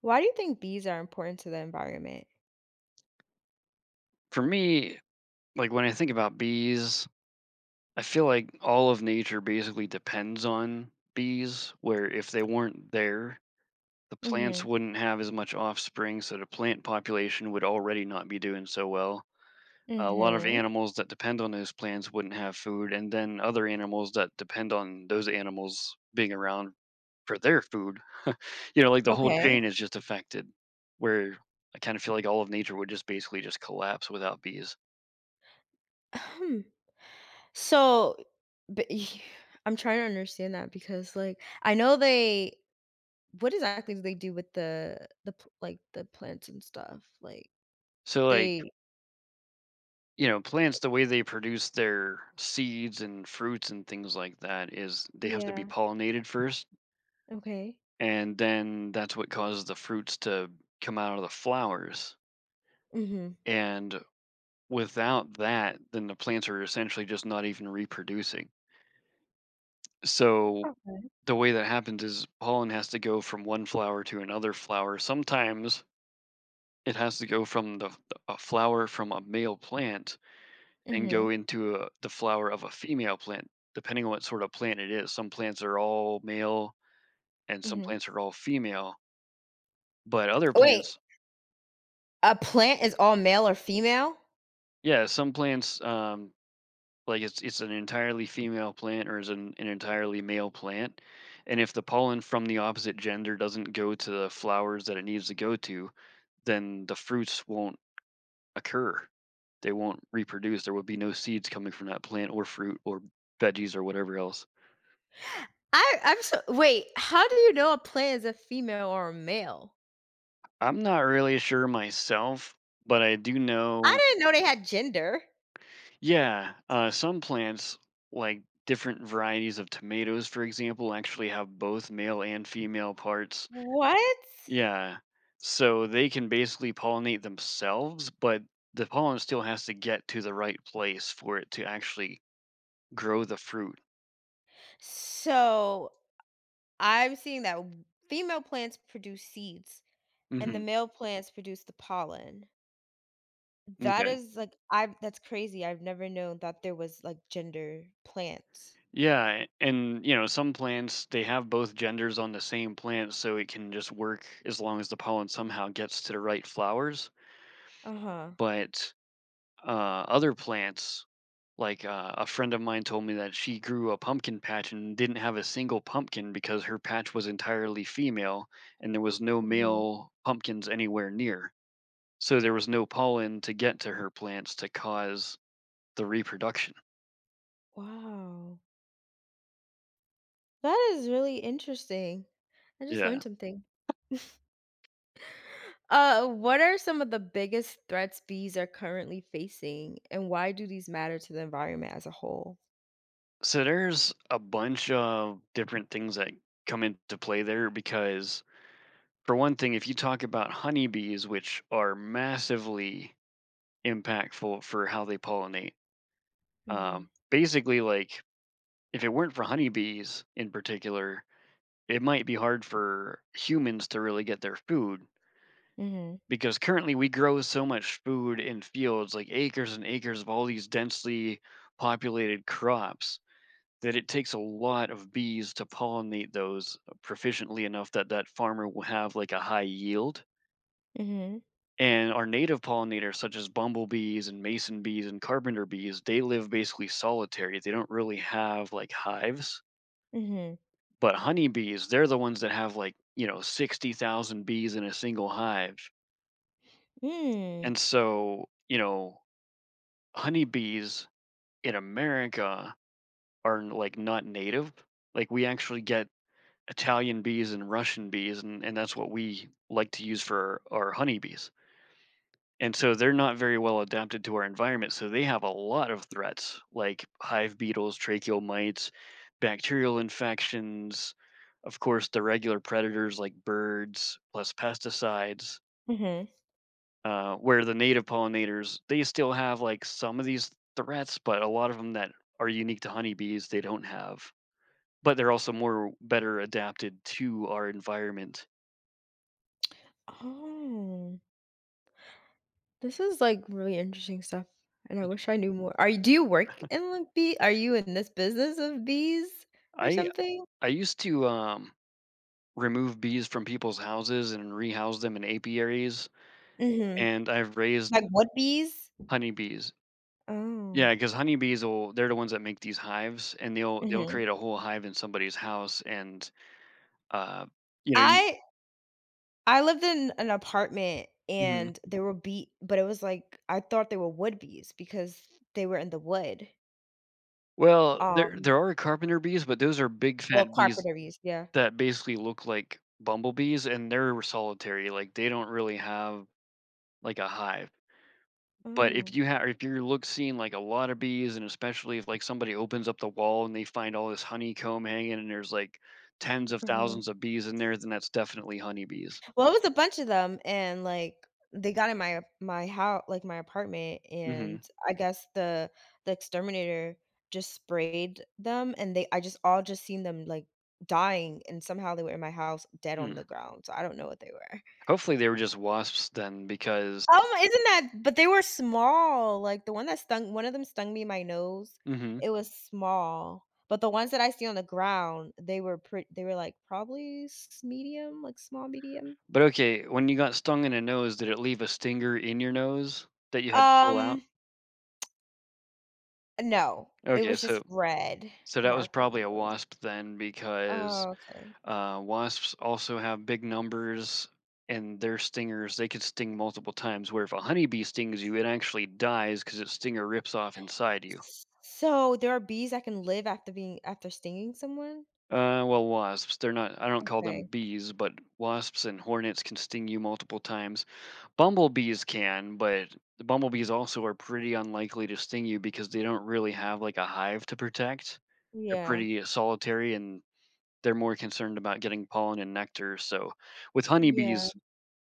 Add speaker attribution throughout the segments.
Speaker 1: Why do you think bees are important to the environment?
Speaker 2: For me, like when I think about bees, I feel like all of nature basically depends on bees, where if they weren't there, the plants
Speaker 1: Mhm.
Speaker 2: wouldn't have as much offspring, so the plant population would already not be doing so well. A lot of
Speaker 1: Mhm.
Speaker 2: animals that depend on those plants wouldn't have food, and then other animals that depend on those animals being around for their food. You know, like the whole
Speaker 1: Okay.
Speaker 2: chain is just affected, where I kind of feel like all of nature would just basically just collapse without bees.
Speaker 1: Ahem. So, but y- I'm trying to understand that because, like, I know they. What exactly do they do with the p like, the plants and stuff? Like,
Speaker 2: So, like,
Speaker 1: they
Speaker 2: you know, plants, the way they produce their seeds and fruits and things like that is they have to be
Speaker 1: Yeah.
Speaker 2: pollinated first.
Speaker 1: Okay.
Speaker 2: And then that's what causes the fruits to come out of the flowers.
Speaker 1: Mhm.
Speaker 2: And without that, then the plants are essentially just not even reproducing. So
Speaker 1: Okay.
Speaker 2: the way that happens is pollen has to go from one flower to another flower. Sometimes it has to go from a flower from a male plant and
Speaker 1: Mhm.
Speaker 2: go into the flower of a female plant, depending on what sort of plant it is. Some plants are all male and some
Speaker 1: Mhm.
Speaker 2: plants are all female, but other
Speaker 1: Wait,
Speaker 2: plants,
Speaker 1: a plant is all male or female?
Speaker 2: yeah, some plants, like it's an entirely female plant or is an entirely male plant. And if the pollen from the opposite gender doesn't go to the flowers that it needs to go to, then the fruits won't occur. They won't reproduce. There will be no seeds coming from that plant or fruit or veggies or whatever else.
Speaker 1: I'm so wait, how do you know a plant is a female or a male?
Speaker 2: I'm not really sure myself, but I do
Speaker 1: I
Speaker 2: know,
Speaker 1: didn't know they had gender.
Speaker 2: yeah, some plants, like different varieties of tomatoes, for example, actually have both male and female parts.
Speaker 1: What?
Speaker 2: Yeah. So they can basically pollinate themselves, but the pollen still has to get to the right place for it to actually grow the fruit.
Speaker 1: So, I'm seeing that w- female plants produce seeds and the
Speaker 2: hmm
Speaker 1: male plants produce the pollen. That
Speaker 2: Okay.
Speaker 1: is like I that's crazy. I've never known that there was like gender plants.
Speaker 2: Yeah, and you know, some plants they have both genders on the same plant, so it can just work as long as the pollen somehow gets to the right flowers.
Speaker 1: Uh-huh.
Speaker 2: But, Other plants, like, a friend of mine told me that she grew a pumpkin patch and didn't have a single pumpkin because her patch was entirely female and there was no
Speaker 1: Hmm.
Speaker 2: male pumpkins anywhere near. So there was no pollen to get to her plants to cause the reproduction.
Speaker 1: Wow. That is really interesting. I just
Speaker 2: Yeah.
Speaker 1: learned something. What are some of the biggest threats bees are currently facing, and why do these matter to the environment as a whole?
Speaker 2: So there's a bunch of different things that come into play there because, for one thing, if you talk about honeybees, which are massively impactful for how they pollinate.
Speaker 1: Mhm,
Speaker 2: Basically, like if it weren't for honeybees in particular, it might be hard for humans to really get their food
Speaker 1: mhm,
Speaker 2: because currently we grow so much food in fields, like acres and acres of all these densely populated crops, that it takes a lot of bees to pollinate those proficiently enough that that farmer will have like a high yield.
Speaker 1: mhm,
Speaker 2: And our native pollinators, such as bumblebees and mason bees and carpenter bees, they live basically solitary. They don't really have like hives.
Speaker 1: mhm,
Speaker 2: But honeybees, they're the ones that have like, you know, 60,000 bees in a single hive.
Speaker 1: mm,
Speaker 2: And so, you know, honeybees in America are like not native. Like we actually get Italian bees and Russian bees, and that's what we like to use for our honeybees. And so they're not very well adapted to our environment, so they have a lot of threats like hive beetles, tracheal mites, bacterial infections, of course, the regular predators like birds, plus pesticides.
Speaker 1: mhm.
Speaker 2: Where the native pollinators, they still have like some of these threats, but a lot of them that are unique to honeybees, they don't have. But they're also more better adapted to our environment.
Speaker 1: Oh, this is like really interesting stuff, and I wish I knew more. Are you Do you work in like bee? Are you in this business of bees or
Speaker 2: I
Speaker 1: something?
Speaker 2: I used to remove bees from people's houses and rehouse them in apiaries,
Speaker 1: Mhm.
Speaker 2: and I've raised
Speaker 1: Like what bees?
Speaker 2: honeybees.
Speaker 1: Oh,
Speaker 2: Yeah, 'cause honeybees will they're the ones that make these hives, and they'll
Speaker 1: mhm.
Speaker 2: create a whole hive in somebody's house and, uh, you know, you.
Speaker 1: I I lived in an apartment
Speaker 2: Mhm.
Speaker 1: and there were bee, but it was like I thought they were wood bees because they were in the wood.
Speaker 2: Well, there
Speaker 1: Um,
Speaker 2: there are carpenter bees, but those are big
Speaker 1: well,
Speaker 2: fat
Speaker 1: carpet
Speaker 2: bees
Speaker 1: reviews, yeah.
Speaker 2: that basically look like bumblebees, and they're solitary, like, they don't really have, like, a hive. But if
Speaker 1: Oh.
Speaker 2: you have if you're look seeing, like, a lot of bees, and especially if, like, somebody opens up the wall and they find all this honeycomb hanging and there's, like, tens of
Speaker 1: Mhm.
Speaker 2: thousands of bees in there, then that's definitely honeybees.
Speaker 1: Well, it was a bunch of them, and, like, they got in my house, like, my apartment, and
Speaker 2: Mhm.
Speaker 1: I guess the exterminator just sprayed them, and they I just all just seen them, like, dying, and somehow they were in my house dead
Speaker 2: Hmm.
Speaker 1: on the ground, so I don't know what they were.
Speaker 2: Hopefully, they were just wasps then because.
Speaker 1: Oh my isn't that But they were small, like, the one that stung one of them stung me in my nose,
Speaker 2: Mhm.
Speaker 1: it was small, but the ones that I see on the ground, they were pretty. They were, like, probably s medium, like, small, medium?
Speaker 2: But, okay, when you got stung in the nose, did it leave a stinger in your nose that you had to pull out?
Speaker 1: Um, no, it
Speaker 2: Okay,
Speaker 1: was just
Speaker 2: so
Speaker 1: red
Speaker 2: so that was
Speaker 1: mark on my
Speaker 2: probably a
Speaker 1: nose.
Speaker 2: wasp then because.
Speaker 1: Oh, okay.
Speaker 2: Wasps also have big numbers, and their stingers they could sting multiple times. Where if a honeybee stings you, it actually dies because its stinger rips off inside you.
Speaker 1: S so there are bees that can live after being after stinging someone?
Speaker 2: Well, wasps they're not. I don't call them
Speaker 1: Okay.
Speaker 2: bees, but wasps and hornets can sting you multiple times. Bumblebees can, but the bumblebees also are pretty unlikely to sting you because they don't really have like a hive to protect. They're
Speaker 1: Yeah.
Speaker 2: pretty solitary and they're more concerned about getting pollen and nectar. So with
Speaker 1: Yeah.
Speaker 2: honeybees,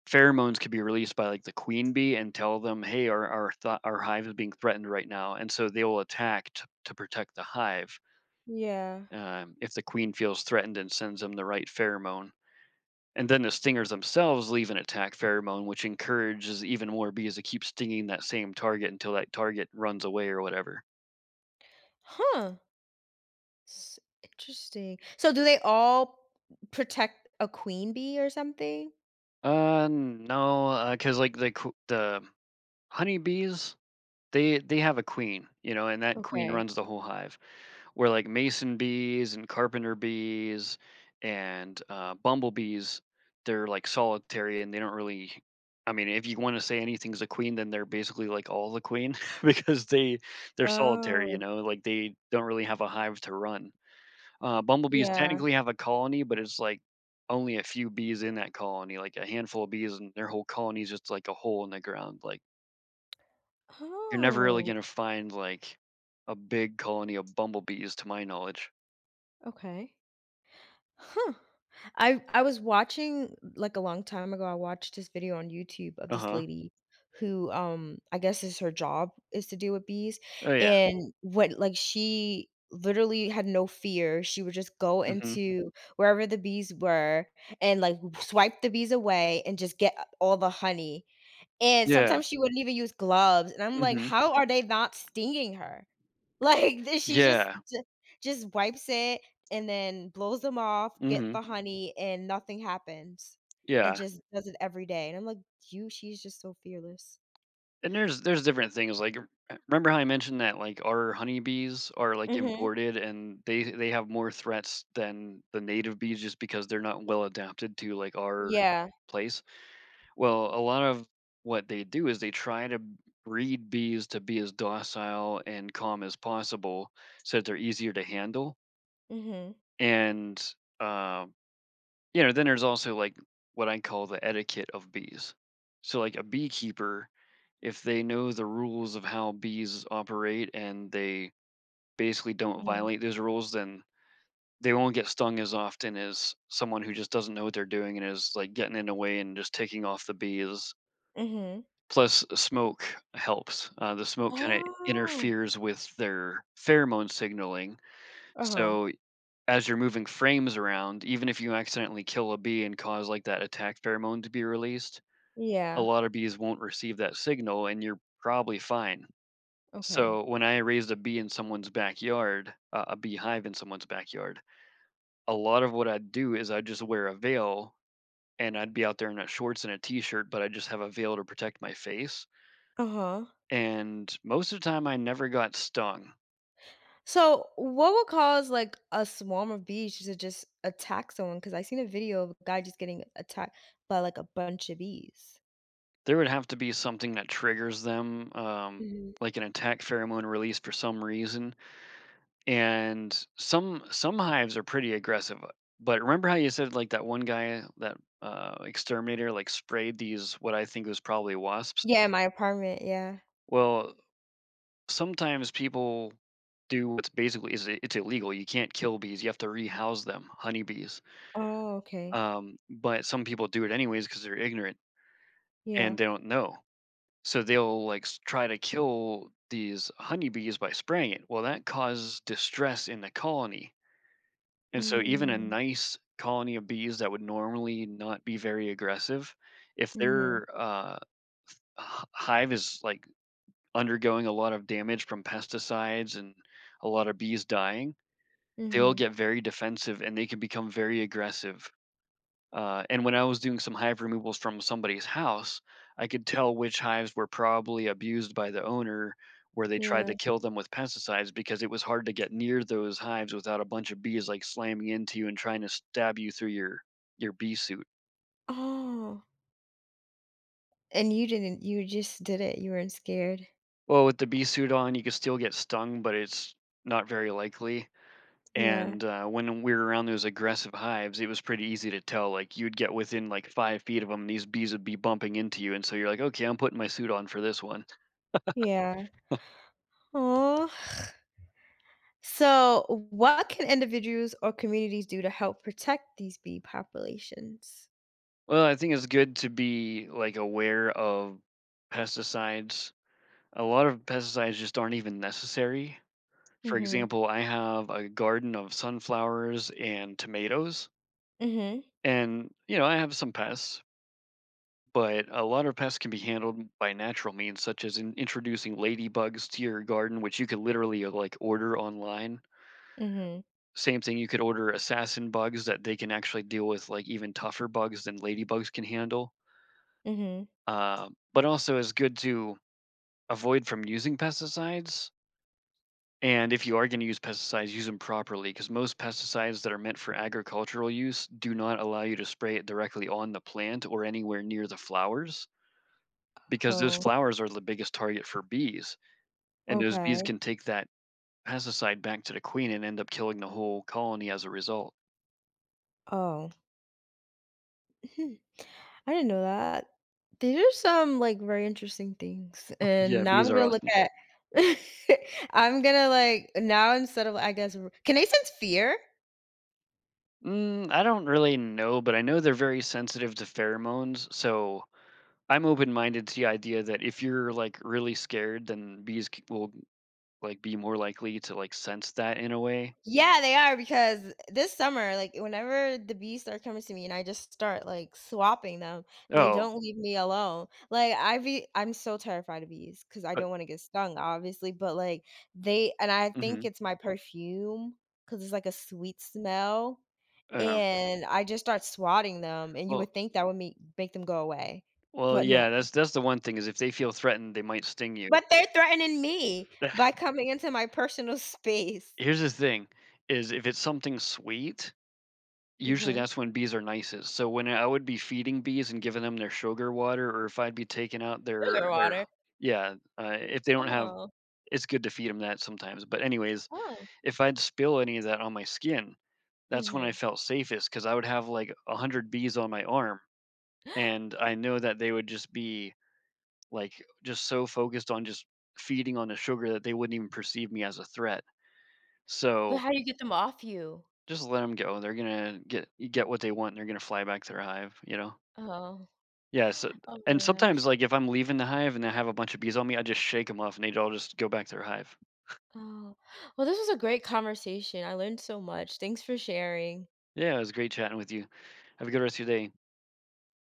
Speaker 2: pheromones could be released by like the queen bee and tell them, "Hey, our hive is being threatened right now," and so they will attack to protect the hive
Speaker 1: Yeah.
Speaker 2: if the queen feels threatened and sends them the right pheromone. And then the stingers themselves leave an attack pheromone, which encourages even more bees to keep stinging that same target until that target runs away or whatever.
Speaker 1: Huh. S Interesting. So do they all protect a queen bee or something?
Speaker 2: No, because like the honeybees, they have a queen, you know, and that queen
Speaker 1: Okay.
Speaker 2: runs the whole hive. Where like mason bees and carpenter bees and bumblebees, they're like solitary and they don't really. I mean, if you want to say anything's a queen, then they're basically like all the queen because they they're solitary, you
Speaker 1: Oh,
Speaker 2: know, like they don't really have a hive to run. Bumblebees
Speaker 1: yeah.
Speaker 2: technically have a colony, but it's like only a few bees in that colony, like a handful of bees, and their whole colony is just like a hole in the ground. Like you're never really
Speaker 1: Oh,
Speaker 2: gonna find, like, a big colony of bumblebees to my knowledge.
Speaker 1: okay. Huh. I was watching like a long time ago, I watched this video on YouTube of this
Speaker 2: Uh-huh.
Speaker 1: lady who I guess is her job is to deal with bees
Speaker 2: Oh, yeah.
Speaker 1: and what like she literally had no fear. She would just go
Speaker 2: Mhm.
Speaker 1: into wherever the bees were and like swipe the bees away and just get all the honey. And
Speaker 2: Yeah.
Speaker 1: sometimes she wouldn't even use gloves. And I'm like,
Speaker 2: Mhm.
Speaker 1: how are they not stinging her? Like, th she just
Speaker 2: Yeah.
Speaker 1: ju just wipes it and then blows them off, get
Speaker 2: Mhm.
Speaker 1: the honey, and nothing happens, and
Speaker 2: Yeah.
Speaker 1: just does it every day, and I'm like, "You she's just so fearless."
Speaker 2: And there's different things, like, r remember how I mentioned that, like, our honeybees are, like,
Speaker 1: Mhm.
Speaker 2: imported and they have more threats than the native bees just because they're not well adapted to, like, our
Speaker 1: Yeah.
Speaker 2: place? Well, a lot of what they do is they try to breed bees to be as docile and calm as possible so that they're easier to handle.
Speaker 1: Mhm.
Speaker 2: And, uh, you know, then there's also like what I call the etiquette of bees. So, like a beekeeper, if they know the rules of how bees operate and they basically don't
Speaker 1: Mhm.
Speaker 2: violate those rules, then they won't get stung as often as someone who just doesn't know what they're doing and is like getting in the way and just taking off the bees.
Speaker 1: Mhm.
Speaker 2: Plus, smoke helps. The smoke kinda
Speaker 1: Oh.
Speaker 2: interferes with their pheromone signaling,
Speaker 1: Uh-huh.
Speaker 2: so as you're moving frames around, even if you accidentally kill a bee and cause, like, that attack pheromone to be released, a
Speaker 1: Yeah.
Speaker 2: lot of bees won't receive that signal, and you're probably fine.
Speaker 1: Okay.
Speaker 2: So, when I raised a beehive in someone's backyard, a lot of what I'd do is I'd just wear a veil, and I'd be out there in a shorts and a t-shirt, but I just have a veil to protect my face.
Speaker 1: Uh-huh.
Speaker 2: And most of the time I never got stung.
Speaker 1: So, what would cause, like, a swarm of bees to just attack someone? Because I seen a video of a guy just getting attacked by, like, a bunch of bees.
Speaker 2: There would have to be something that triggers them,
Speaker 1: Mhm.
Speaker 2: like an attack pheromone release for some reason. And some hives are pretty aggressive. But remember how you said like that one guy that exterminator like sprayed these what I think was probably wasps.
Speaker 1: Yeah, in my apartment, yeah.
Speaker 2: Well, sometimes people do what's basically is it's illegal. You can't kill bees. You have to rehouse them, honeybees.
Speaker 1: Oh, okay.
Speaker 2: But some people do it anyways because they're ignorant and
Speaker 1: Yeah.
Speaker 2: they don't know. So they'll like try to kill these honeybees by spraying it. Well, that causes distress in the colony. And so even a
Speaker 1: Mm.
Speaker 2: nice colony of bees that would normally not be very aggressive, if
Speaker 1: Mhm.
Speaker 2: their hive is like undergoing a lot of damage from pesticides and a lot of bees dying, they'll
Speaker 1: Mhm.
Speaker 2: get very defensive and they can become very aggressive. And when I was doing some hive removals from somebody's house, I could tell which hives were probably abused by the owner, where they tried to
Speaker 1: Yeah.
Speaker 2: kill them with pesticides because it was hard to get near those hives without a bunch of bees like slamming into you and trying to stab you through your bee suit.
Speaker 1: Oh, and you didn't you just did it. You weren't scared.
Speaker 2: Well, with the bee suit on, you could still get stung, but it's not very likely.
Speaker 1: Yeah.
Speaker 2: And when we were around those aggressive hives, it was pretty easy to tell. Like you'd get within like 5 feet of them, and these bees would be bumping into you, and so you're like, okay, I'm putting my suit on for this one.
Speaker 1: Yeah. Oh. So, what can individuals or communities do to help protect these bee populations?
Speaker 2: Well, I think it's good to be, like, aware of pesticides. A lot of pesticides just aren't even necessary. For
Speaker 1: Mhm.
Speaker 2: example, I have a garden of sunflowers and tomatoes,
Speaker 1: Mhm.
Speaker 2: and, you know, I have some pests, but a lot of pests can be handled by natural means, such as in introducing ladybugs to your garden, which you could literally, like, order online.
Speaker 1: Mhm.
Speaker 2: Same thing, you could order assassin bugs that they can actually deal with, like, even tougher bugs than ladybugs can handle.
Speaker 1: Mhm.
Speaker 2: But also it's good to avoid from using pesticides. And if you are going to use pesticides, use them properly because most pesticides that are meant for agricultural use do not allow you to spray it directly on the plant or anywhere near the flowers because those
Speaker 1: Oh,
Speaker 2: flowers are the biggest target for bees. And those bees
Speaker 1: okay.
Speaker 2: can take that pesticide back to the queen and end up killing the whole colony as a result.
Speaker 1: Oh. Hmm. I didn't know that. These are some, like, very interesting things,
Speaker 2: Yeah,
Speaker 1: and now
Speaker 2: bees
Speaker 1: I'm
Speaker 2: are
Speaker 1: gonna look
Speaker 2: awesome.
Speaker 1: at I'm gonna, like now instead of, I guess r can they sense fear?
Speaker 2: Mm, I don't really know, but I know they're very sensitive to pheromones. So I'm open minded to the idea that if you're like really scared, then bees will, like, be more likely to, like, sense that in a way?
Speaker 1: Yeah, they are because this summer, like whenever the bees start coming to me and I just start like swapping them, they
Speaker 2: Oh,
Speaker 1: don't leave me alone. Like I be I'm so terrified of bees because I
Speaker 2: but
Speaker 1: don't want to get stung, obviously, but like they and I think
Speaker 2: mhm,
Speaker 1: it's my perfume because it's like a sweet smell.
Speaker 2: um,
Speaker 1: And I just start swatting them, and you
Speaker 2: well
Speaker 1: would think that would make them go away. But no.
Speaker 2: yeah, that's the one thing is if they feel threatened, they might sting you.
Speaker 1: But they're threatening me by coming into my personal space.
Speaker 2: Here's the thing, is if it's something sweet, usually
Speaker 1: Hmm.
Speaker 2: that's when bees are nicest, so when I would be feeding bees and giving them their sugar water or if I'd be taking out
Speaker 1: Sugar
Speaker 2: their
Speaker 1: water.
Speaker 2: yeah, if they don't have
Speaker 1: Oh.
Speaker 2: it's good to feed them that sometimes, but anyways,
Speaker 1: Oh.
Speaker 2: if I'd spill any of that on my skin, that's when I
Speaker 1: Mhm.
Speaker 2: felt safest because I would have, like, 100 bees on my arm. And I know that they would just be like just so focused on just feeding on the sugar that they wouldn't even perceive me as a threat.
Speaker 1: But
Speaker 2: So
Speaker 1: how do you get them off you?
Speaker 2: just let them go. They're gonna get what they want. And they're gonna fly back to their hive. You know.
Speaker 1: Oh.
Speaker 2: Yeah. So
Speaker 1: Oh
Speaker 2: and
Speaker 1: my gosh.
Speaker 2: sometimes like if I'm leaving the hive and I have a bunch of bees on me, I just shake them off and they all just go back to their hive.
Speaker 1: Oh. Well, this was a great conversation. I learned so much. Thanks for sharing.
Speaker 2: Yeah, it was great chatting with you. Have a good rest of your day.